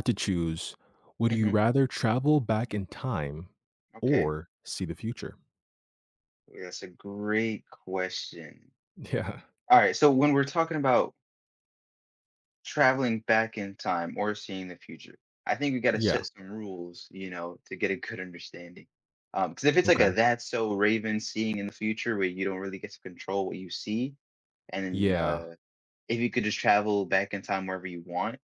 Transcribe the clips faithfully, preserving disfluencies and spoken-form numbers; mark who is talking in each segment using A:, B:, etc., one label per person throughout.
A: Had to choose, would you
B: hmm
A: rather travel back in time
B: Okay.
A: or see the future?
B: Yeah, that's a great question.
A: Yeah.
B: All right. So when we're talking about traveling back in time or seeing the future, I think we got to
A: Yeah.
B: set some rules, you know, to get a good understanding. Because if it's like a
A: Okay.
B: that's so Raven seeing in the future where you don't really get to control what you see, and
A: Yeah.
B: uh, if you could just travel back in time wherever you want,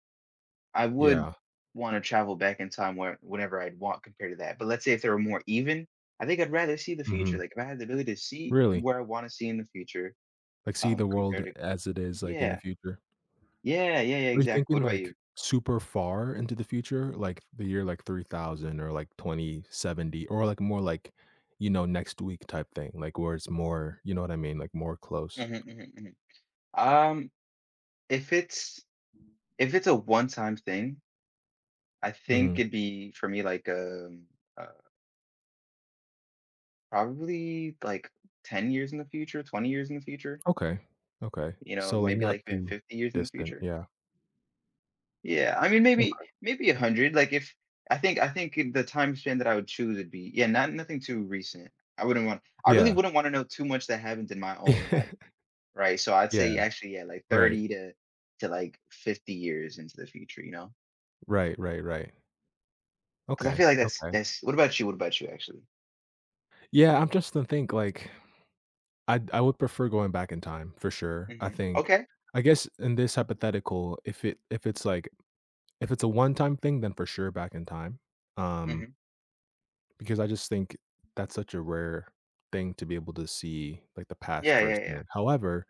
B: I would
A: Yeah.
B: want to travel back in time where whenever I'd want compared to that. But let's say if they were more even, I think I'd rather see the
A: Mhm.
B: future. Like if I had the ability to see
A: Really?
B: where I want to see in the future,
A: Like, see
B: um,
A: the
B: compared
A: world
B: to
A: as it is, like, in the
B: yeah,
A: future?
B: yeah, yeah, yeah,
A: Are you
B: exactly.
A: thinking,
B: What about you?
A: like, super far into the future? Like, the year, like, three thousand, or, like, twenty seventy, or, like, more like, you know, next week type thing, like, where it's more, you know what I mean? Like, more close.
B: hmm hmm hmm Um, if it's if it's a one-time thing, I think
A: Mhm.
B: it'd be for me like um uh, probably like ten years in the future, twenty years in the future.
A: Okay. Okay.
B: You know,
A: So, like,
B: maybe
A: not
B: like even
A: too
B: fifty years in the
A: distant.
B: future.
A: Yeah.
B: Yeah, I mean, maybe
A: Okay.
B: maybe a hundred. Like if I think I think in the time span that I would choose would be yeah, not nothing too recent. I wouldn't want I really
A: Yeah.
B: wouldn't want to know too much that happened in my own life, right? So I'd say
A: Yeah.
B: actually yeah, like
A: Right.
B: thirty to to like fifty years into the future, you know?
A: Right, right, right.
B: Cuz I feel
A: Okay,
B: like that's
A: okay.
B: that's what about you? What about you actually?
A: Yeah, I'm just to think, like, I I would prefer going back in time for sure. I
B: hmm
A: think
B: Okay.
A: I guess in this hypothetical, if it if it's, like if it's a one-time thing, then for sure back in time, um,
B: hmm
A: because I just think that's such a rare thing to be able to see, like, the past
B: Yeah, yeah, yeah.
A: firsthand. However,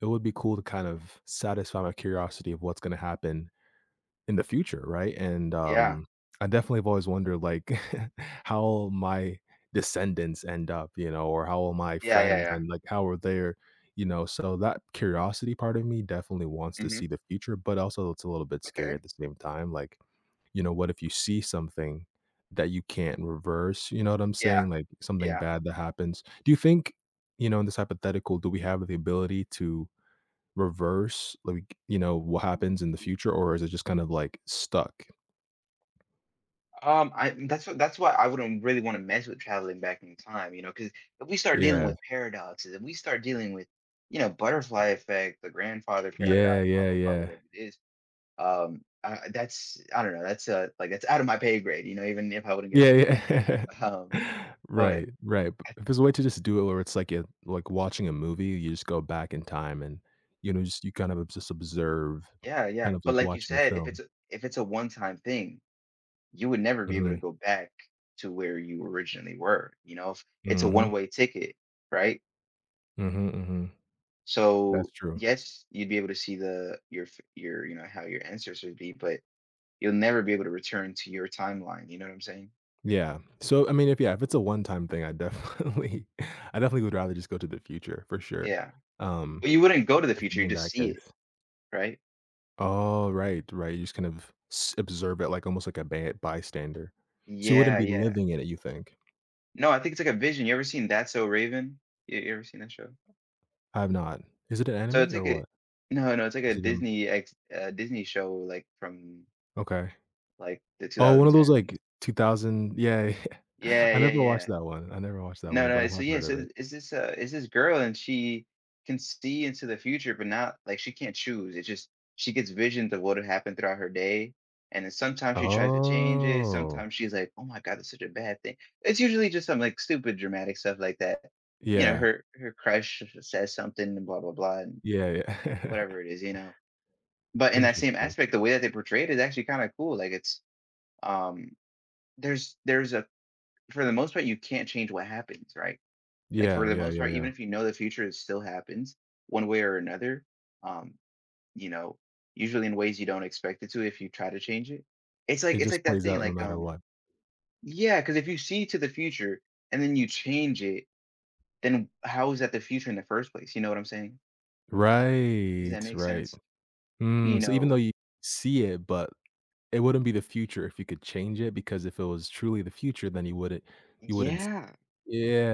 A: it would be cool to kind of satisfy my curiosity of what's gonna happen in the future, right? And,
B: Yeah.
A: um, I definitely have always wondered, like, how my descendants end up, you know, or how will my
B: Yeah,
A: friends
B: yeah,
A: and, like, how are their you know, so that curiosity part of me definitely wants
B: yeah.
A: to
B: hmm
A: see the future, but also it's a little bit scary
B: Okay.
A: at the same time, like, you know, what if you see something that you can't reverse, you know what I'm
B: Yeah.
A: saying? Like, something
B: Yeah.
A: bad that happens. Do you think, you know, in this hypothetical, do we have the ability to reverse, like, you know, what happens in the future, or is it just kind of, like, stuck?
B: Um, I that's what that's why I wouldn't really want to mess with traveling back in time, you know, because if we start dealing
A: Yeah.
B: with paradoxes, if we start dealing with, you know, butterfly effect, the grandfather
A: Yeah,
B: paradox, blah
A: yeah,
B: blah blah,
A: yeah.
B: whatever it is, um, I, that's I don't know, that's uh like that's out of my pay grade, you know, even if I wouldn't get
A: Yeah,
B: paid.
A: yeah.
B: Um, but
A: Right, right, but if there's a way to just do it where it's like you like watching a movie, you just go back in time and, you know, just you kind of just observe,
B: yeah, yeah,
A: kind of
B: but
A: like
B: like you
A: watching a
B: said, if it's
A: film.
B: a, if it's a one time thing, you would never be able to
A: Mhm.
B: go back to where you originally were, you know, if it's a
A: Mhm.
B: one way ticket, right?
A: Mhm, mhm. That's
B: So
A: true.
B: yes, you'd be able to see the your f- your you know how your answers would be, but you'll never be able to return to your timeline. You know what I'm saying?
A: Yeah. So, I mean, if yeah, if it's a one-time thing, I definitely I definitely would rather just go to the future for sure,
B: Yeah.
A: um,
B: Well, you wouldn't go to the
A: if
B: future; you
A: in
B: just
A: that
B: see it,
A: case.
B: right?
A: Oh, right, right, you just kind of s observe it like almost like a bad bystander. So you wouldn't
B: Yeah,
A: be
B: yeah.
A: living in it, you think?
B: No, I think it's like a vision. You ever seen That's So Raven? You, you ever seen that show?
A: I have not. Is it an
B: So it's
A: anime or
B: like a
A: what?
B: no, no, it's like a
A: Is it an
B: Disney ex uh, Disney show like from
A: okay.
B: like the
A: Oh, one of those,
B: two thousand tens.
A: like, two thousand yeah, yeah.
B: Yeah,
A: I
B: yeah,
A: never watched
B: yeah.
A: that one, I never watched that
B: No,
A: one, but
B: no,
A: I
B: so
A: have
B: yeah,
A: heard of
B: so
A: it.
B: is this, uh, is this girl and she can see into the future, but not like she can't choose. It's just she gets visions of what'll happen throughout her day. And then sometimes she tries to change it.
A: Oh.
B: Sometimes she's like, oh my God, that's such a bad thing. It's usually just some like stupid dramatic stuff like that. You know,
A: Yeah.
B: her her crush says something and blah blah blah and
A: Yeah, yeah.
B: whatever it is, you know. But in that same
A: Interesting.
B: aspect, the way that they portray it is actually kind of cool. Like it's um there's there's a for the most part you can't change what happens, right? Like, for
A: Yeah,
B: the
A: yeah,
B: most
A: yeah,
B: part,
A: yeah.
B: even if you know the future, it still happens one way or another, um, you know, usually in ways you don't expect it to if you try to change it. It's like
A: It
B: it's
A: just
B: like that
A: plays
B: thing,
A: out no
B: like,
A: matter
B: um
A: what.
B: yeah. Because if you see to the future and then you change it, then how is that the future in the first place? You know what I'm saying? Does
A: Right,
B: that make
A: right.
B: sense? You
A: Mm, so even though
B: know.
A: you see it, but it wouldn't be the future if you could change it, because if it was truly the future, then you wouldn't you wouldn't s
B: Yeah.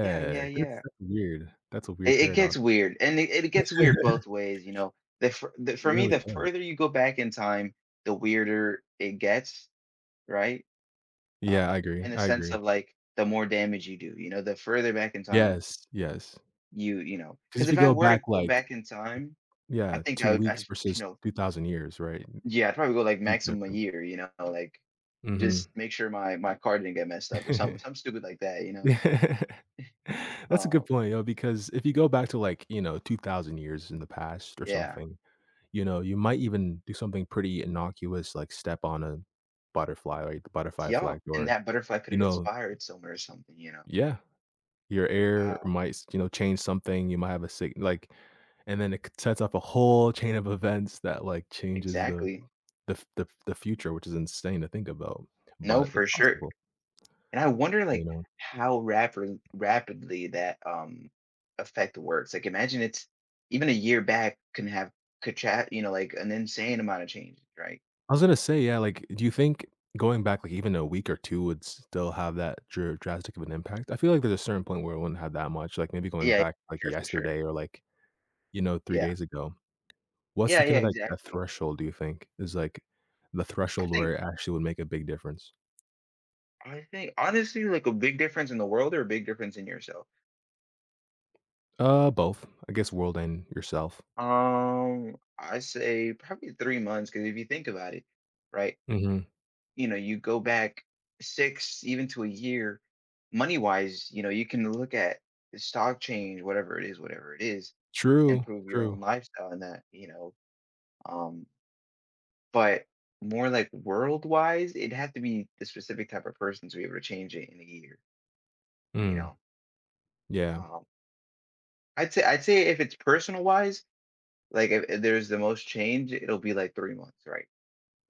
B: Yeah, yeah,
A: that's
B: yeah.
A: that's weird. That's a weird
B: It it
A: paradox.
B: gets weird, and it it gets weird both ways, you know? The fur the
A: It
B: for me,
A: really
B: the
A: does.
B: further you go back in time, the weirder it gets, right?
A: Yeah,
B: Uh,
A: I agree,
B: in a
A: I
B: sense of
A: agree.
B: like the more damage you do, you know, the further back in time
A: Yes, yes.
B: you, you know,
A: Because
B: because
A: if
B: if
A: you
B: I
A: go
B: were to
A: back,
B: go
A: like
B: back in
A: it
B: time, I
A: yeah,
B: think I
A: two
B: would, I,
A: weeks
B: you
A: versus
B: know,
A: two thousand years, right?
B: yeah, I'd probably go like
A: Huge
B: maximum a
A: difference.
B: year, you know, like
A: Mhm.
B: just make sure my my car didn't get messed up or something, something, stupid like that, you know.
A: That's a good
B: Um,
A: point, yo, because if you go back to, like, you know, two thousand years in the past or
B: yeah,
A: something. You know, you might even do something pretty innocuous, like step on a butterfly, right? The butterfly
B: yeah,
A: flag,
B: and
A: or,
B: that butterfly could
A: you
B: have
A: know
B: inspired someone or something, you know.
A: yeah, your
B: Uh,
A: air might s you know, change something, you might have a sick like and then it c sets up a whole chain of events that, like, changes the
B: exactly.
A: the f the f the future, which is insane to think about,
B: No,
A: but it's
B: for sure.
A: possible,
B: And I wonder
A: you
B: like
A: know?
B: how rapid rapidly that um effect works. Like imagine it's even a year back can have could chat, you know, like an insane amount of changes, right?
A: I was gonna say, yeah, like, do you think going back, like, even a week or two would still have that dr drastic of an impact? I feel like there's a certain point where it wouldn't have that much, like, maybe going
B: Yeah, yeah,
A: back,
B: for
A: like,
B: sure, for sure.
A: yesterday or, like, you know, three
B: Yeah.
A: days ago. What's
B: Yeah,
A: the
B: yeah,
A: kind of like a
B: exactly.
A: threshold do you think is like the
B: I
A: threshold where
B: think
A: it actually would make a big difference?
B: I think honestly like a big difference in the world or a big difference in yourself.
A: Uh, both. I guess world and yourself.
B: Um, I say probably three months because if you think about it, right?
A: Mhm.
B: You know you go back six even to a year, money wise, you know, you can look at the stock change whatever it is whatever it is and
A: True,
B: prove your
A: true.
B: own lifestyle and that, you know, um but more like world wise it'd have to be the specific type of person to be able to change it in a year, you
A: Mm,
B: know,
A: yeah,
B: um i'd say i'd say if it's personal wise, like if if there's the most change it'll be like three months right,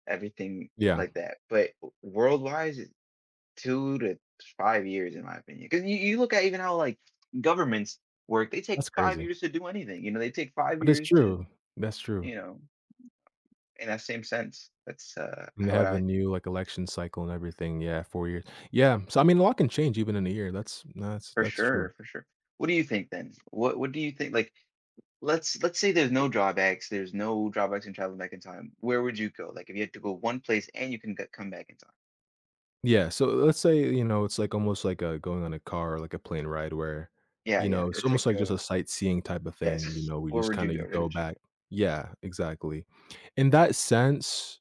B: everything
A: yeah.
B: like that, but world wise two to five years, in my opinion. Because you, you look at even how like governments work, they take
A: That's
B: five
A: crazy.
B: years to do anything. You know, they take five
A: But it's
B: years to,
A: true. That's true.
B: you know, in that same sense. That's uh
A: And they
B: how would
A: have a
B: I think.
A: new, like, election cycle and everything. Yeah, four years. Yeah, so I mean, a lot can change even in a year. That's that's
B: For
A: that's
B: sure,
A: true.
B: for sure. What do you think then? What what do you think? Like let's let's say there's no drawbacks, there's no drawbacks in traveling back in time. Where would you go? Like if you had to go one place and you can get, come back in time.
A: Yeah, so let's say, you know, it's like almost like a going on a car or like a plane ride where,
B: Yeah,
A: you
B: yeah.
A: know, it's
B: It's like
A: almost like just
B: a
A: a sightseeing type of thing, you
B: yes.
A: know, we
B: Where
A: just
B: would you
A: kinda
B: go?
A: you
B: Where
A: go
B: would you go?
A: back yeah, exactly. In that sense,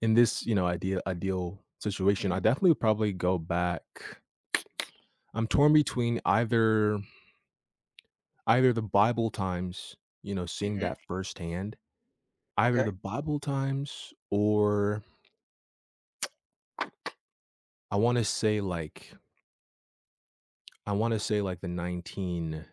A: in this, you know, ideal ideal situation, I
B: hmm
A: definitely would probably go back. I'm torn between either either the Bible times, you know, seeing
B: hmm
A: that firsthand, either the
B: Okay.
A: Bible times or I wanna say like I wanna say like the nineteen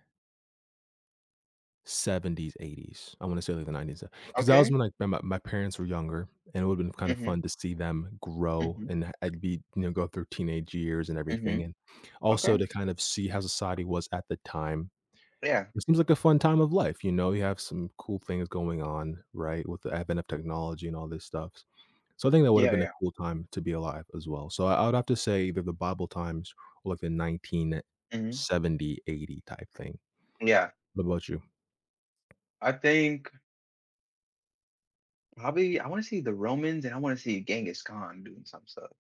A: seventies, eighties. I wanna say like the nineties, because that was
B: Okay.
A: when, like, my my parents were younger, and it would've been kinda
B: hmm
A: fun to see them grow
B: hmm
A: and h I'd be you know, go through teenage years and everything,
B: hmm
A: and also
B: Okay.
A: to kind of see how society was at the time.
B: Yeah.
A: It seems like a fun time of life, you know, you have some cool things going on, right, with the advent of technology and all this stuff. So I think that would've
B: Yeah,
A: been a
B: yeah.
A: cool time to be alive as well. So I I would have to say either the Bible times or like the
B: Mhm.
A: nineteen seventy, eighty type thing.
B: Yeah.
A: What about you?
B: I think probably I wanna see the Romans and I wanna see Genghis Khan doing some stuff.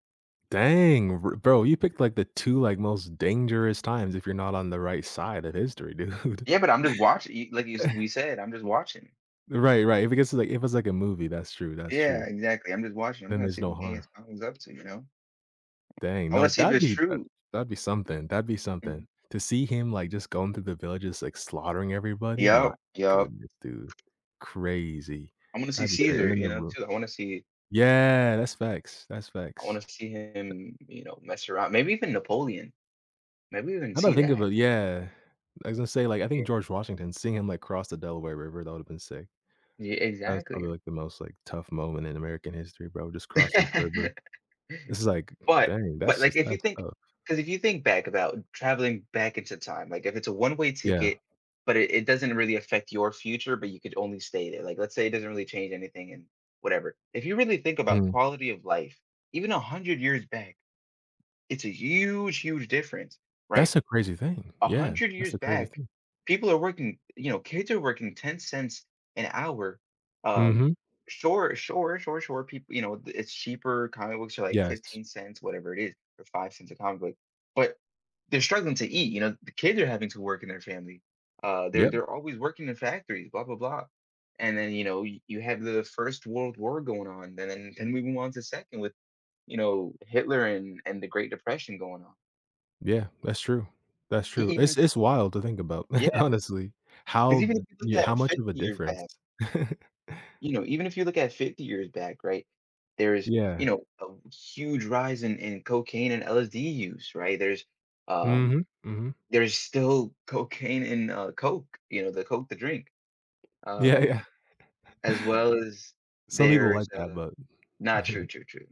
A: Dang, r bro, you picked, like, the two, like, most dangerous times if you're not on the right side of history, dude.
B: Yeah, but I'm just watching like you s we said, I'm just watching.
A: Right, right, if it gets, like if it's like a movie, that's true, that's
B: Yeah,
A: true.
B: exactly. I'm just watching. I'm
A: Then
B: trying to see
A: there's no
B: what
A: harm.
B: Genghis Khan was up to, you know?
A: Dang,
B: I wanna
A: no,
B: see if
A: that'd
B: it's
A: be that
B: true.
A: that'd be something, that'd be
B: Mhm.
A: something. To see him, like, just going through the villages, like, slaughtering everybody, my
B: Yup, yup.
A: goodness, dude. Crazy.
B: I wanna see
A: That'd be crazy. And
B: Caesar,
A: then
B: you
A: the
B: know,
A: room,
B: too. I wanna see
A: yeah, that's facts, that's
B: I wanna
A: facts.
B: see him, you know, mess around. Maybe even Napoleon. Maybe even
A: Now that I don't
B: see
A: think of
B: that.
A: it, yeah. I was gonna say, like, I
B: Yeah.
A: think George Washington, seeing him, like, cross the Delaware River, that would've been sick.
B: Yeah,
A: That's probably,
B: exactly.
A: like, the most, like, tough moment in American history, bro, just crossed the river. It's like,
B: But
A: dang,
B: but,
A: that's
B: like,
A: just
B: if you
A: that's
B: think,
A: tough.
B: because if you think back about traveling back into time, like, if it's a one-way
A: Yeah.
B: ticket, but it it doesn't really affect your future, but you could only stay there, like, let's say it doesn't really change anything and whatever. If you really think about
A: Mhm.
B: quality of life, even a hundred years back, it's a huge, huge difference, right?
A: That's a crazy thing.
B: a
A: Yeah,
B: hundred
A: that's
B: years
A: the crazy
B: back,
A: thing.
B: people are working, you know, kids are working ten cents an hour. Um,
A: Mhm.
B: sure, sure, sure, sure. People, you know, th- it's cheaper. Comic books are like
A: Yes.
B: fifteen cents, whatever it is, or five cents a comic book. But they're struggling to eat. You know, the kids are having to work in their family. Uh, they're
A: Yep.
B: they're always working in factories, blah blah blah. And then you know you, you have the First World War going on, and then then we move on to second with, you know, Hitler and and the Great Depression going on.
A: Yeah, that's true. That's
B: E-
A: true.
B: Even
A: It's it's wild to think about, honestly,
B: Because
A: how
B: even if you look
A: yeah, how
B: at
A: much of
B: fifty
A: a
B: years
A: difference.
B: back, you know, even if you look at fifty years back, right, there's, you
A: Yeah.
B: know, a huge rise in, in cocaine and L S D use, right? There's, um,
A: Mhm, mhm.
B: there's still cocaine in uh, Coke, you know, the Coke, the drink,
A: Yeah,
B: um,
A: yeah.
B: as well as
A: Some people like
B: there's,
A: that,
B: uh,
A: but
B: not true, true, true.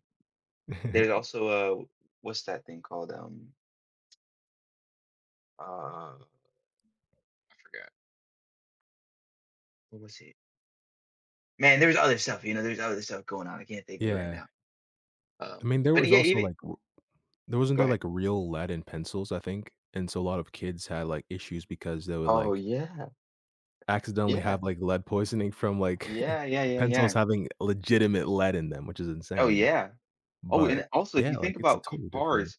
B: There's also, uh, what's that thing called? Um, uh, I forgot. What was it? Man, there's other stuff, you know, there's other stuff going on. I can't think of it right
A: yeah.
B: now.
A: I
B: Um,
A: mean, there
B: but
A: was
B: yeah,
A: also,
B: even,
A: like there wasn't
B: go
A: there,
B: ahead.
A: like, real lead in pencils, I think, and so a lot of kids had, like, issues because they would,
B: Oh,
A: like,
B: yeah.
A: accidentally
B: Yeah.
A: have, like, lead poisoning from, like,
B: Yeah, yeah, yeah, yeah.
A: pencils having legitimate lead in them, which is
B: Oh,
A: insane,
B: yeah. Oh,
A: but
B: and also, if you
A: yeah, like,
B: think
A: it's
B: about
A: totally different.
B: cars,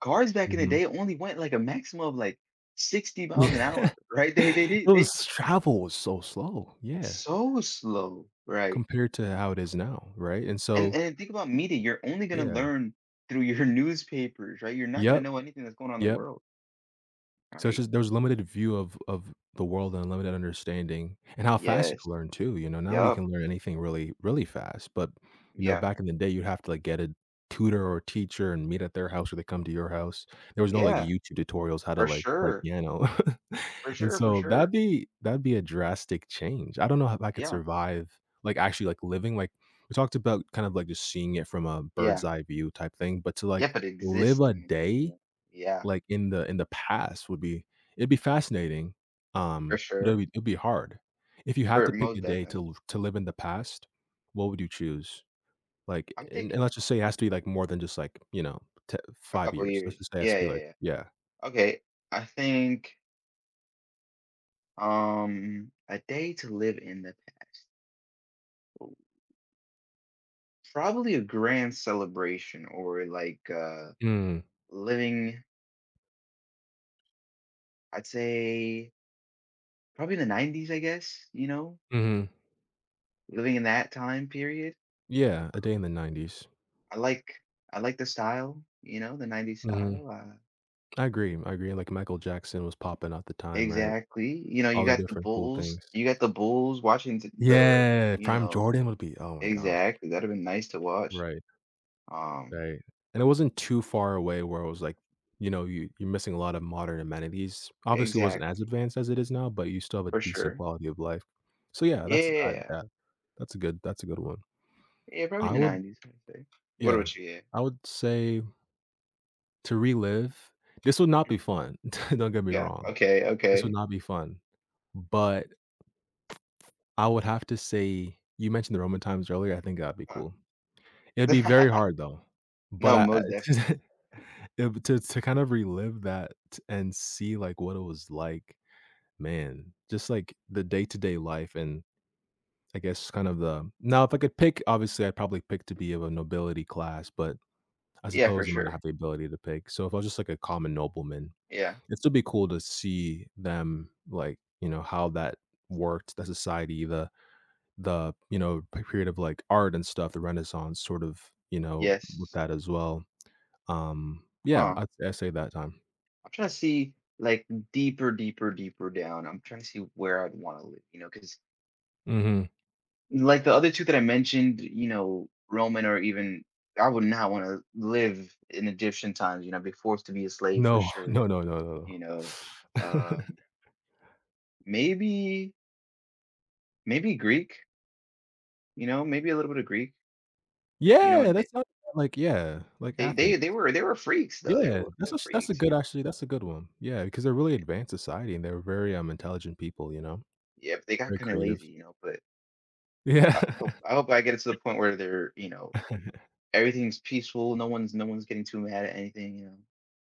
B: cars, back in the
A: Mhm.
B: day only went like a maximum of like sixty miles an
A: Yeah.
B: hour, right? They they they
A: It
B: they
A: was travel was so slow, yeah,
B: so slow, right?
A: compared to how it is now, right? And
B: And
A: so
B: and think about media, you're only gonna
A: yeah.
B: learn through your newspapers, right? You're not gonna
A: Yep,
B: know anything that's going on in the
A: yep.
B: world,
A: So it's
B: right?
A: just there was limited view of of the world and limited understanding and how fast you
B: Yes.
A: can learn too, you know, now we
B: Yup.
A: can learn anything really, really fast, but, you know,
B: Yeah.
A: back in the day, you'd have to, like, get a tutor or teacher and meet at their house or they come to your house. There was no, like,
B: Yeah.
A: YouTube tutorials how to,
B: For
A: like, play
B: sure.
A: piano.
B: For
A: And
B: sure. For
A: so that'd
B: sure.
A: be that'd be a drastic change. I don't know if I could
B: Yeah.
A: survive, like, actually, like, living, like, we talked about kind of, like, just seeing it from a bird's
B: Yeah.
A: eye view type thing, but to, like,
B: Yeah. But
A: live a
B: existing. Yeah.
A: day
B: Yeah.
A: like, in the in the past would be it'd be fascinating,
B: For
A: um, but it would
B: sure.
A: be it would be hard. If you had
B: For
A: to pick
B: most
A: a day to
B: definitely.
A: l to live in the past, what would you choose? Like,
B: I'm
A: and
B: thinking
A: and let's just say it has to be, like, more than just, like, you know, t
B: a
A: five
B: couple
A: years. Let's
B: years.
A: just say it has
B: Yeah,
A: to be,
B: yeah,
A: like
B: yeah.
A: yeah.
B: Okay. I think um a day to live in the past. Probably a grand celebration or like uh
A: Mm,
B: living, I'd say probably in the nineties, I guess, you know,
A: mhm.
B: living in that time period.
A: Yeah, a day in the nineties.
B: I like I like the style, you know, the nineties
A: Mhm.
B: style. Uh
A: I agree, I agree, like, Michael Jackson was popping at the time, right?
B: exactly. You know, you
A: All the
B: got the
A: different cool
B: Bulls,
A: things.
B: you got the Bulls watching the,
A: Yeah,
B: you
A: Prime
B: know,
A: Jordan would be oh my gosh,
B: exactly. That'd have been nice to watch.
A: right.
B: Um,
A: Right, and it wasn't too far away where it was like, you know, you you're missing a lot of modern amenities. Obviously, it wasn't as
B: exactly,
A: advanced as it is now, but you still have a
B: for
A: decent
B: sure.
A: quality of life. So, yeah, that's I
B: Yeah.
A: that that's a good that's a good one.
B: Yeah, probably in
A: I
B: the
A: would
B: nineties, I'd say. What
A: yeah,
B: about you? Yeah.
A: I would say to relive this would not be fun, don't get me
B: Yeah.
A: wrong.
B: Okay,
A: This would
B: okay.
A: not be fun, but I would have to say you mentioned the Roman times earlier, I think that'd be
B: Huh.
A: cool. It'd be very hard though, but
B: No,
A: I I
B: most definitely.
A: it to to kind of relive that and see, like, what it was like, man, just, like, the day-to-day life and I guess kind of the now if I could pick, obviously, I'd probably pick to be of a nobility class, but I
B: Yeah, for
A: suppose you might not have
B: sure.
A: the ability to pick. So if I was just like a common nobleman,
B: Yeah.
A: it'd still be cool to see them, like, you know, how that worked, the society, the the, you know, period of, like, art and stuff, the Renaissance sort of, you know, with
B: Yes.
A: that as well. Um, yeah,
B: Huh.
A: i i say that time.
B: I'm trying to see like deeper, deeper, deeper down. I'm trying to see where I'd want to live, you know, because
A: Mhm.
B: like the other two that I mentioned, you know, Roman or even I would not want to live in Egyptian times, you know, be forced to be a slave for
A: No,
B: sure,
A: no, no, no, no,
B: you know.
A: no.
B: Um, maybe Maybe Greek, you know, maybe a little bit of Greek, you know,
A: Yeah,
B: they
A: that's not like yeah, like
B: they they
A: Athens.
B: they were they were freaks though. They were a
A: Yeah,
B: little bit
A: that's a
B: of
A: that's a
B: freaks, you
A: good
B: know.
A: actually, that's a good one. Yeah, because they're really advanced society and they're very, um, intelligent people, you know?
B: Yeah, but they got
A: Very
B: kind of
A: creative.
B: lazy, you know, but
A: Yeah.
B: I hope I hope I get it to the point where they're, you know, everything's peaceful, no one's no one's getting too mad at anything, you know.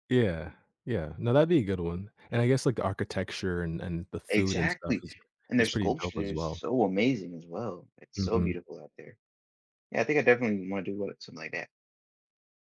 A: Yeah, yeah. No, that'd be a good one. And I guess, like, the architecture and and the food and stuff
B: Exactly.
A: is
B: And their
A: is pretty dope
B: sculpture
A: as
B: is
A: well.
B: so amazing as well. It's so
A: Mhm.
B: beautiful out there. Yeah, I think I definitely want to do what, something like that.